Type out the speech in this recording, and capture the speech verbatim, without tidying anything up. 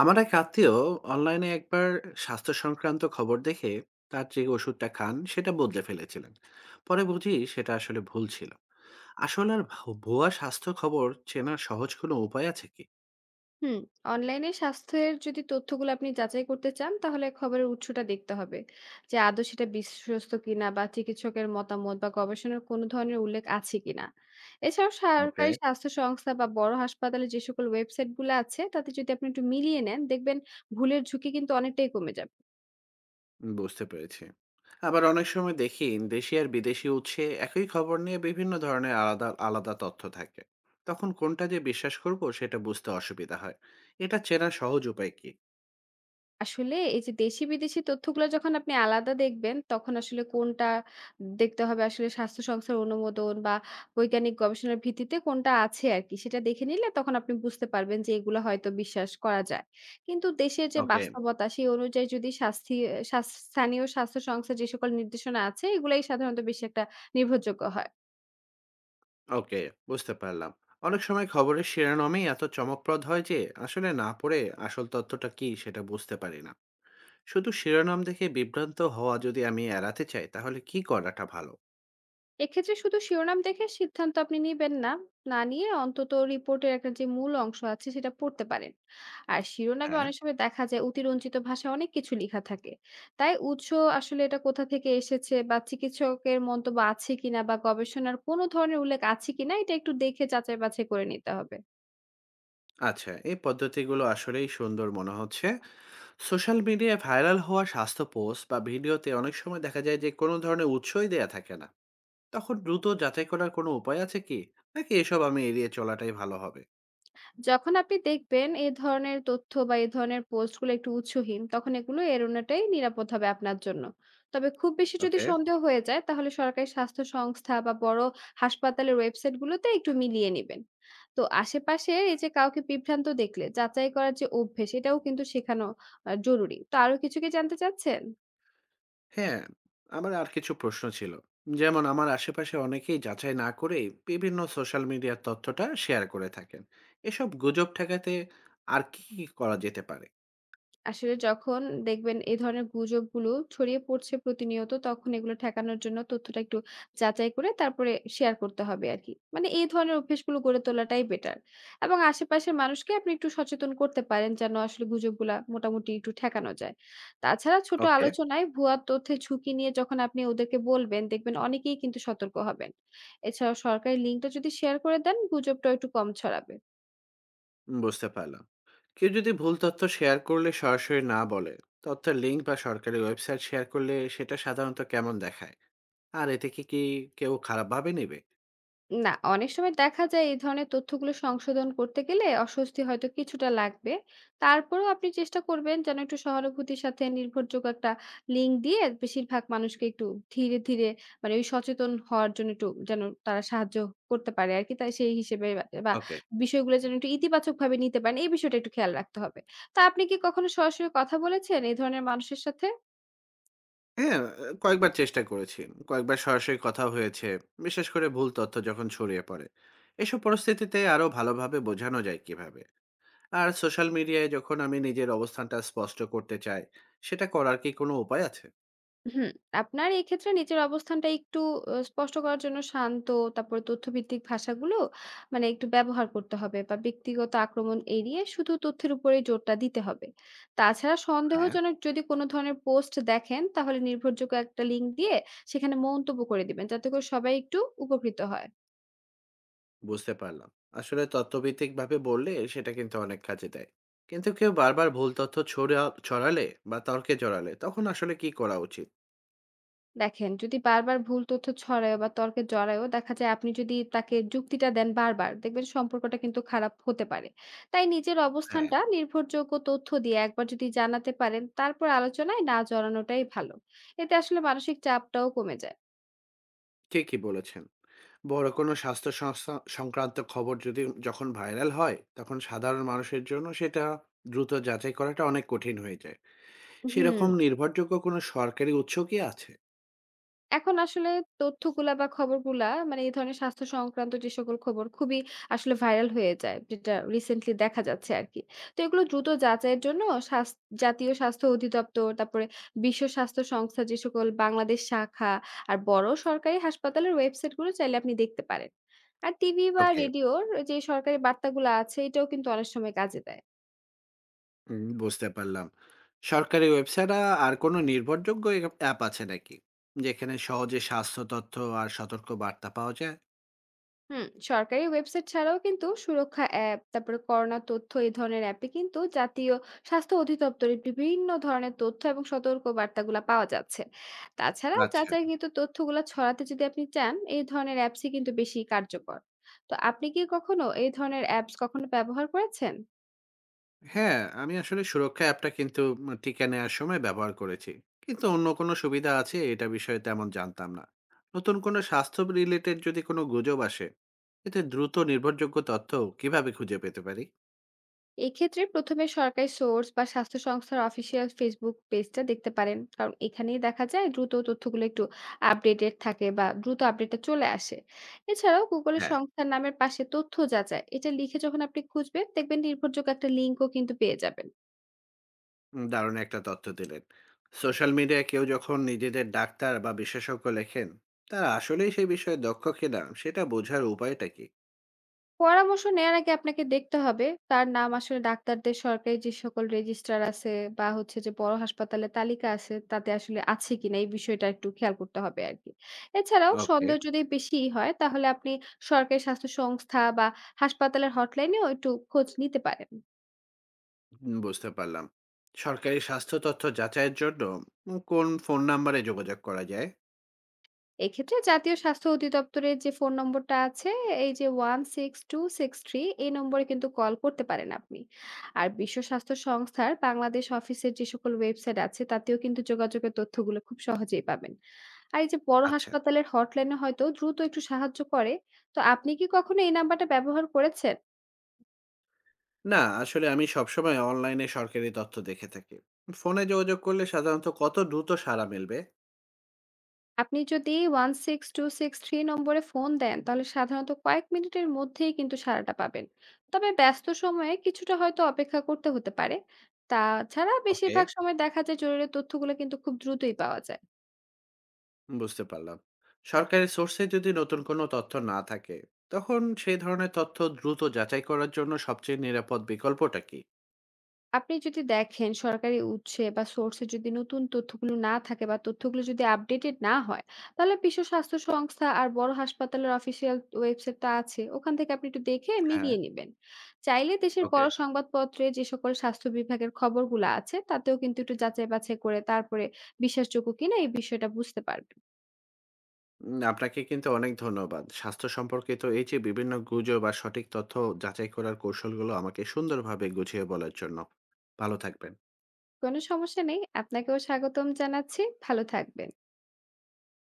আমার এক আত্মীয় অনলাইনে একবার স্বাস্থ্য সংক্রান্ত খবর দেখে তার যে ওষুধটা খান সেটা বদলে ফেলেছিলেন, পরে বুঝি সেটা আসলে ভুল ছিল। আসলে আর ভা- ভুয়া স্বাস্থ্য খবর চেনার সহজ কোনো উপায় আছে কি? হুম। অনলাইনে স্বাস্থ্যের যদি তথ্যগুলো আপনি যাচাই করতে চান তাহলে খবরের উৎসটা দেখতে হবে, যে আদৌ সেটা বিশ্বস্ত কিনা বা চিকিৎসকের মতামত বা গবেষণার কোনো ধরনের উল্লেখ আছে কিনা। এছাড়াও ওকে। সরকারি স্বাস্থ্য সংস্থা বা বড় হাসপাতালে যে সকল ওয়েবসাইট গুলো আছে তাতে যদি আপনি একটু মিলিয়ে নেন, দেখবেন ভুলের ঝুঁকি কিন্তু অনেকটাই কমে যাবে। উম, বুঝতে পেরেছি। আবার অনেক সময় দেখি দেশি আর বিদেশি উৎসে একই খবর নিয়ে বিভিন্ন ধরনের আলাদা আলাদা তথ্য থাকে, তখন কোনটা যে বিশ্বাস করব সেটা বুঝতে অসুবিধা হয়। এটা চেনার সহজ উপায় কি? আসলে এই যে দেশি বিদেশি তথ্যগুলো যখন আপনি আলাদা দেখবেন, তখন আসলে কোনটা দেখতে হবে আসলে, স্বাস্থ্য সংস্থার অনুমোদন বা বৈজ্ঞানিক গবেষণার ভিত্তিতে কোনটা আছে আরকি। সেটা দেখে নিলে তখন আপনি বুঝতে পারবেন যে এগুলো হয়তো বিশ্বাস করা যায়। কিন্তু দেশের যে ওকে। বাস্তবতা সেই অনুযায়ী যদি শাস্থি স্বাস স্থানীয় স্বাস্থ্য সংস্থা যে সকল নির্দেশনা আছে, এগুলাই সাধারণত বেশি একটা নির্ভরযোগ্য হয়। ওকে, বুঝতে পারলাম। অনেক সময় খবরের শিরোনামই এত চমকপ্রদ হয় যে আসলে না পড়ে আসল তথ্যটা কী সেটা বুঝতে পারি না। শুধু শিরোনাম দেখে বিভ্রান্ত হওয়া যদি আমি এড়াতে চাই তাহলে কি করাটা ভালো? এক্ষেত্রে শুধু শিরোনাম দেখে সিদ্ধান্ত আপনি নেবেন না, না নিয়ে অন্তত রিপোর্টের একটা যে মূল অংশ আছে সেটা পড়তে পারেন। আর শিরোনামে হ্যাঁ। অনেক সময় দেখা যায় অতিরঞ্জিত ভাষায় অনেক কিছু লেখা থাকে। তাই উৎস আসলে এটা কোথা থেকে এসেছে বা চিকিৎসকের মন্তব্য আছে কিনা বা গবেষণার কোনো ধরনের উল্লেখ আছে কিনা এটা একটু দেখে যাচাই বাছাই করে নিতে হবে। আচ্ছা, এই পদ্ধতিগুলো আসলেই সুন্দর মনে হচ্ছে। সোশ্যাল মিডিয়ায় ভাইরাল হওয়া স্বাস্থ্য পোস্ট বা ভিডিওতে অনেক সময় দেখা যায় যে কোনো ধরনের উৎসই দেয়া থাকে না। তখন দ্রুত যাচাই করার কোনো উপায় আছে কি? নাকি এসব আমি এড়িয়ে চলাটাই ভালো হবে? যখন আপনি দেখবেন এ ধরনের তথ্য বা এ ধরনের পোস্টগুলো একটু উৎসহীন, তখন এগুলো এড়োনোটাই নিরাপদ হবে আপনার জন্য। তবে খুব বেশি যদি ওকে। সন্দেহ হয়ে যায়, তাহলে সরকারি স্বাস্থ্য সংস্থা বা বড় হাসপাতালের ওয়েবসাইটগুলোতে একটু মিলিয়ে নিবেন। তো আশেপাশে এই যে কাউকে বিভ্রান্ত দেখলে যাচাই করার যে অভ্যেস, এটাও কিন্তু শেখানো আ জরুরি। তো আরো কিছু কি জানতে চাচ্ছেন? হ্যাঁ, আমার আর কিছু প্রশ্ন ছিল। যেমন আমার আশেপাশে অনেকেই যাচাই না করেই বিভিন্ন সোশ্যাল মিডিয়ার তথ্যটা শেয়ার করে থাকেন। এসব গুজব ঠেকাতে আর কি, কি করা যেতে পারে? আসলে যখন দেখবেন এই ধরনের গুজবগুলো ছড়িয়ে পড়ছে প্রতিনিয়ত, তখন এগুলো ঠেকানোর জন্য তথ্যটা একটু যাচাই করে তারপরে শেয়ার করতে হবে আরকি। মানে এই ধরনের অভ্যাসগুলো গড়ে তোলাটাই বেটার। এবং আশেপাশের মানুষকে আপনি একটু সচেতন করতে পারেন যেন আসলে গুজবগুলা মোটামুটি একটু ঠেকানো যায়। তাছাড়া ছোট ওকে। আলোচনায় ভুয়া তথ্যের ঝুঁকি নিয়ে যখন আপনি ওদেরকে বলবেন, দেখবেন অনেকেই কিন্তু সতর্ক হবেন। এছাড়াও সরকারি লিঙ্কটা যদি শেয়ার করে দেন, গুজবটাও একটু কম ছড়াবে। বুঝতে পারলাম। কেউ যদি ভুল তথ্য শেয়ার করলে সরাসরি না বলে, তথ্যের লিঙ্ক বা সরকারি ওয়েবসাইট শেয়ার করলে সেটা সাধারণত কেমন দেখায়? আর এতে কি, কি কেউ খারাপভাবে নেবে? না, অনেক সময় দেখা যায় এই ধরনের তথ্যগুলো সংশোধন করতে গেলে অস্বস্তি হয়তো কিছুটা লাগবে। তারপরেও আপনি চেষ্টা করবেন যেন একটু সহানুভূতির সাথে নির্ভরযোগ্য একটা লিঙ্ক দিয়ে বেশিরভাগ মানুষকে একটু ধীরে, ধীরে মানে ওই সচেতন হওয়ার জন্য একটু যেন তারা সাহায্য করতে পারে আরকি। তাই সেই হিসেবে বা বা ওকে। বিষয়গুলো যেন একটু ইতিবাচকভাবে নিতে পারেন, এই বিষয়টা একটু খেয়াল রাখতে হবে। তা আপনি কি কখনো সরাসরি কথা বলেছেন এই ধরনের মানুষের সাথে? হ্যাঁ, কয়েকবার চেষ্টা করেছি। কয়েকবার সরাসরি কথা হয়েছে। বিশেষ করে ভুল তথ্য যখন ছড়িয়ে পড়ে। এসব পরিস্থিতিতে আরো ভালোভাবে বোঝানো যায় কিভাবে? আর সোশ্যাল মিডিয়ায় যখন আমি নিজের অবস্থানটা স্পষ্ট করতে চাই, সেটা করার কি কোনো উপায় আছে? হুম, আপনার এক্ষেত্রে নিজের অবস্থানটা একটু অ স্পষ্ট করার জন্য শান্ত, তারপরে তথ্যভিত্তিক ভাষাগুলো মানে একটু ব্যবহার করতে হবে, বা ব্যক্তিগত আক্রমণ এড়িয়ে শুধু তথ্যের উপরেই জোরটা দিতে হবে। তাছাড়া হ্যাঁ। সন্দেহজনক যদি কোনো ধরনের পোস্ট দেখেন, তাহলে নির্ভরযোগ্য একটা লিঙ্ক দিয়ে সেখানে মন্তব্য করে দিবেন, যাতে করে সবাই একটু উপকৃত হয়। বুঝতে পারলাম। আসলে তথ্যভিত্তিকভাবে বললে সেটা কিন্তু অনেক কাজে দেয়। কিন্তু কেউ বারবার ভুল তথ্য ছড়া ছড়ালে বা তর্কে জড়ালে তখন আসলে কি করা উচিত? দেখেন, যদি বারবার ভুল তথ্য ছড়ায়ও বা তর্কে জড়ায়ও, দেখা যায় আপনি যদি তাকে যুক্তিটা দেন বারবার, দেখবেন সম্পর্কটা কিন্তু খারাপ হতে পারে। তাই নিজের হ্যাঁ। অবস্থানটা নির্ভরযোগ্য তথ্য দিয়ে একবার যদি জানাতে পারেন, তারপর আলোচনায় না জড়ানোটাই ভালো। এতে আসলে মানসিক চাপটাও কমে যায়। ঠিকই বলেছেন। বড় কোনো স্বাস্থ্য সংস্থা সংক্রান্ত খবর যদি যখন ভাইরাল হয় তখন সাধারণ মানুষের জন্য সেটা দ্রুত যাচাই করাটা অনেক কঠিন হয়ে যায়। হুম, সেরকম নির্ভরযোগ্য কোনো সরকারি উৎস কি আছে? এখন আসলে তথ্যগুলা বা খবরগুলা মানে এই ধরনের স্বাস্থ্য সংক্রান্ত যে সকল খবর খুবই আসলে ভাইরাল হয়ে যায়, যেটা রিসেন্টলি দেখা যাচ্ছে আরকি। তো এগুলো দ্রুত যাচাইয়ের জন্য স্বাস জাতীয় স্বাস্থ্য অধিদপ্তর, তারপরে বিশ্ব স্বাস্থ্য সংস্থা যে সকল বাংলাদেশ শাখা আর বড় সরকারি হাসপাতালের ওয়েবসাইটগুলো চাইলে আপনি দেখতে পারেন। আর টিভি বা ওকে। রেডিওর যে সরকারি বার্তাগুলা আছে এটাও কিন্তু অনেক সময় কাজে দেয়। হুম, বুঝতে পারলাম। সরকারি ওয়েবসাইট আর কোনো নির্ভরযোগ্য অ্যাপ আছে নাকি যেখানে সহজে স্বাস্থ্য তথ্য আর সতর্ক বার্তা পাওয়া যায়? হুম, সরকারি ওয়েবসাইট ছাড়াও কিন্তু সুরক্ষা অ্যাপ, তারপরে করোনা তথ্য এই ধরনের অ্যাপে কিন্তু জাতীয় স্বাস্থ্য অধিদপ্তরের বিভিন্ন ধরনের তথ্য এবং সতর্ক বার্তাগুলো পাওয়া যাচ্ছে। তাছাড়া আচ্ছা। যাচাই কিন্তু তথ্যগুলো ছড়াতে যদি আপনি চান, এই ধরনের অ্যাপসই কিন্তু বেশি কার্যকর। তো আপনি কি কখনো এই ধরনের অ্যাপস কখনো ব্যবহার করেছেন? হ্যাঁ, আমি আসলে সুরক্ষা অ্যাপটা কিন্তু উম টিকা নেয়ার সময় ব্যবহার করেছি। কিন্তু অন্য কোনো সুবিধা আছে এটা বিষয়ে তেমন জানতাম না। নতুন কোনো স্বাস্থ্য রিলেটেড যদি কোনো গুজব আসে, এতে দ্রুত নির্ভরযোগ্য তথ্য কিভাবে খুঁজে পেতে পারি? এক্ষেত্রে প্রথমে সরকারি সোর্স বা স্বাস্থ্য সংস্থার অফিসিয়াল ফেসবুক পেজটা দেখতে পারেন, কারণ এখানেই দেখা যায় দ্রুত তথ্যগুলো একটু আপডেটেড থাকে বা দ্রুত আপডেটটা চলে আসে। এছাড়াও গুগলের হ্যাঁ, সংস্থার নামের পাশে তথ্য যাচাই এটা লিখে যখন আপনি খুঁজবেন, দেখবেন নির্ভরযোগ্য একটা লিঙ্কও কিন্তু পেয়ে যাবেন। উম দারুণ একটা তথ্য দিলেন। সোশ্যাল মিডিয়ায় কেউ যখন নিজেদের ডাক্তার বা বিশেষজ্ঞ লেখেন, তারা আসলেই সেই বিষয়ে দক্ষ কিনা সেটা বোঝার উপায়টা কি? পরামর্শ নেয়ার আগে আপনাকে দেখতে হবে তার নাম আসলে ডাক্তারদের সরকারি যে সকল রেজিস্ট্রার আছে বা হচ্ছে যে বড় হাসপাতালের তালিকা আছে, তাতে আসলে আছে কিনা এই বিষয়টা একটু খেয়াল করতে হবে আরকি। এছাড়াও ওকে, সন্দেহ যদি বেশি হয়, তাহলে আপনি সরকারি স্বাস্থ্য সংস্থা বা হাসপাতালের হটলাইনেও একটু খোঁজ নিতে পারেন। উম বুঝতে পারলাম। সরকারি স্বাস্থ্য তথ্য যাচাইয়ের জন্য উম কোন ফোন নাম্বারে যোগাযোগ করা যায়? এক্ষেত্রে জাতীয় স্বাস্থ্য অধিদপ্তরের যে ফোন নম্বরটা আছে, এই যে one six two six three, এই নম্বরে কিন্তু কল করতে পারেন আপনি। আর বিশ্ব স্বাস্থ্য সংস্থার বাংলাদেশ অফিসের যে সকল ওয়েবসাইট আছে তাতেও কিন্তু যোগাযোগের তথ্যগুলো খুব সহজেই পাবেন। আর এই যে বড় আচ্ছা। হাসপাতালের হটলাইনে হয়তো দ্রুত একটু সাহায্য করে। তো আপনি কি কখনো এই নাম্বারটা ব্যবহার করেছেন? না আসলে আমি সবসময় অনলাইনে সরকারি তথ্য দেখে থাকি। ফোনে যোগাযোগ করলে সাধারণত কত দ্রুত সাড়া মিলবে? আপনি যদি one six two six three নম্বরে ফোন দেন তাহলে সাধারণত কয়েক মিনিটের মধ্যেই কিন্তু সাড়াটা পাবেন। তবে ব্যস্ত সময়ে কিছুটা হয়তো অপেক্ষা করতে হতে পারে। তাছাড়া ওকে। বেশিরভাগ সময় দেখা যায় জরুরি তথ্যগুলো কিন্তু খুব দ্রুতই পাওয়া যায়। বুঝতে পারলাম। সরকারি সোর্সে যদি নতুন কোনো তথ্য না থাকে, তখন সেই ধরনের তথ্য দ্রুত যাচাই করার জন্য সবচেয়ে নিরাপদ বিকল্পটা কি? আপনি যদি দেখেন সরকারি উৎসে বা সোর্সে যদি নতুন তথ্যগুলো না থাকে বা তথ্যগুলো যদি আপডেটেড না হয়, তাহলে বিশ্ব স্বাস্থ্য সংস্থা আর বড় হাসপাতালের অফিসিয়াল ওয়েবসাইটটা আছে, ওখান থেকে আপনি একটু দেখে হ্যাঁ। মিলিয়ে নেবেন। চাইলে দেশের ওকে। বড় সংবাদপত্রে যে সকল স্বাস্থ্য বিভাগের খবরগুলো আছে তাতেও কিন্তু একটু যাচাই বাছাই করে তারপরে বিশ্বাসযোগ্য কিনা এই বিষয়টা বুঝতে পারবেন। উম আপনাকে কিন্তু অনেক ধন্যবাদ। স্বাস্থ্য সম্পর্কিত এই যে বিভিন্ন গুজব আর সঠিক তথ্য যাচাই করার কৌশলগুলো আমাকে সুন্দরভাবে গুছিয়ে বলার জন্য। ভালো থাকবেন। কোনো সমস্যা নেই, আপনাকেও স্বাগতম জানাচ্ছি। ভালো থাকবেন।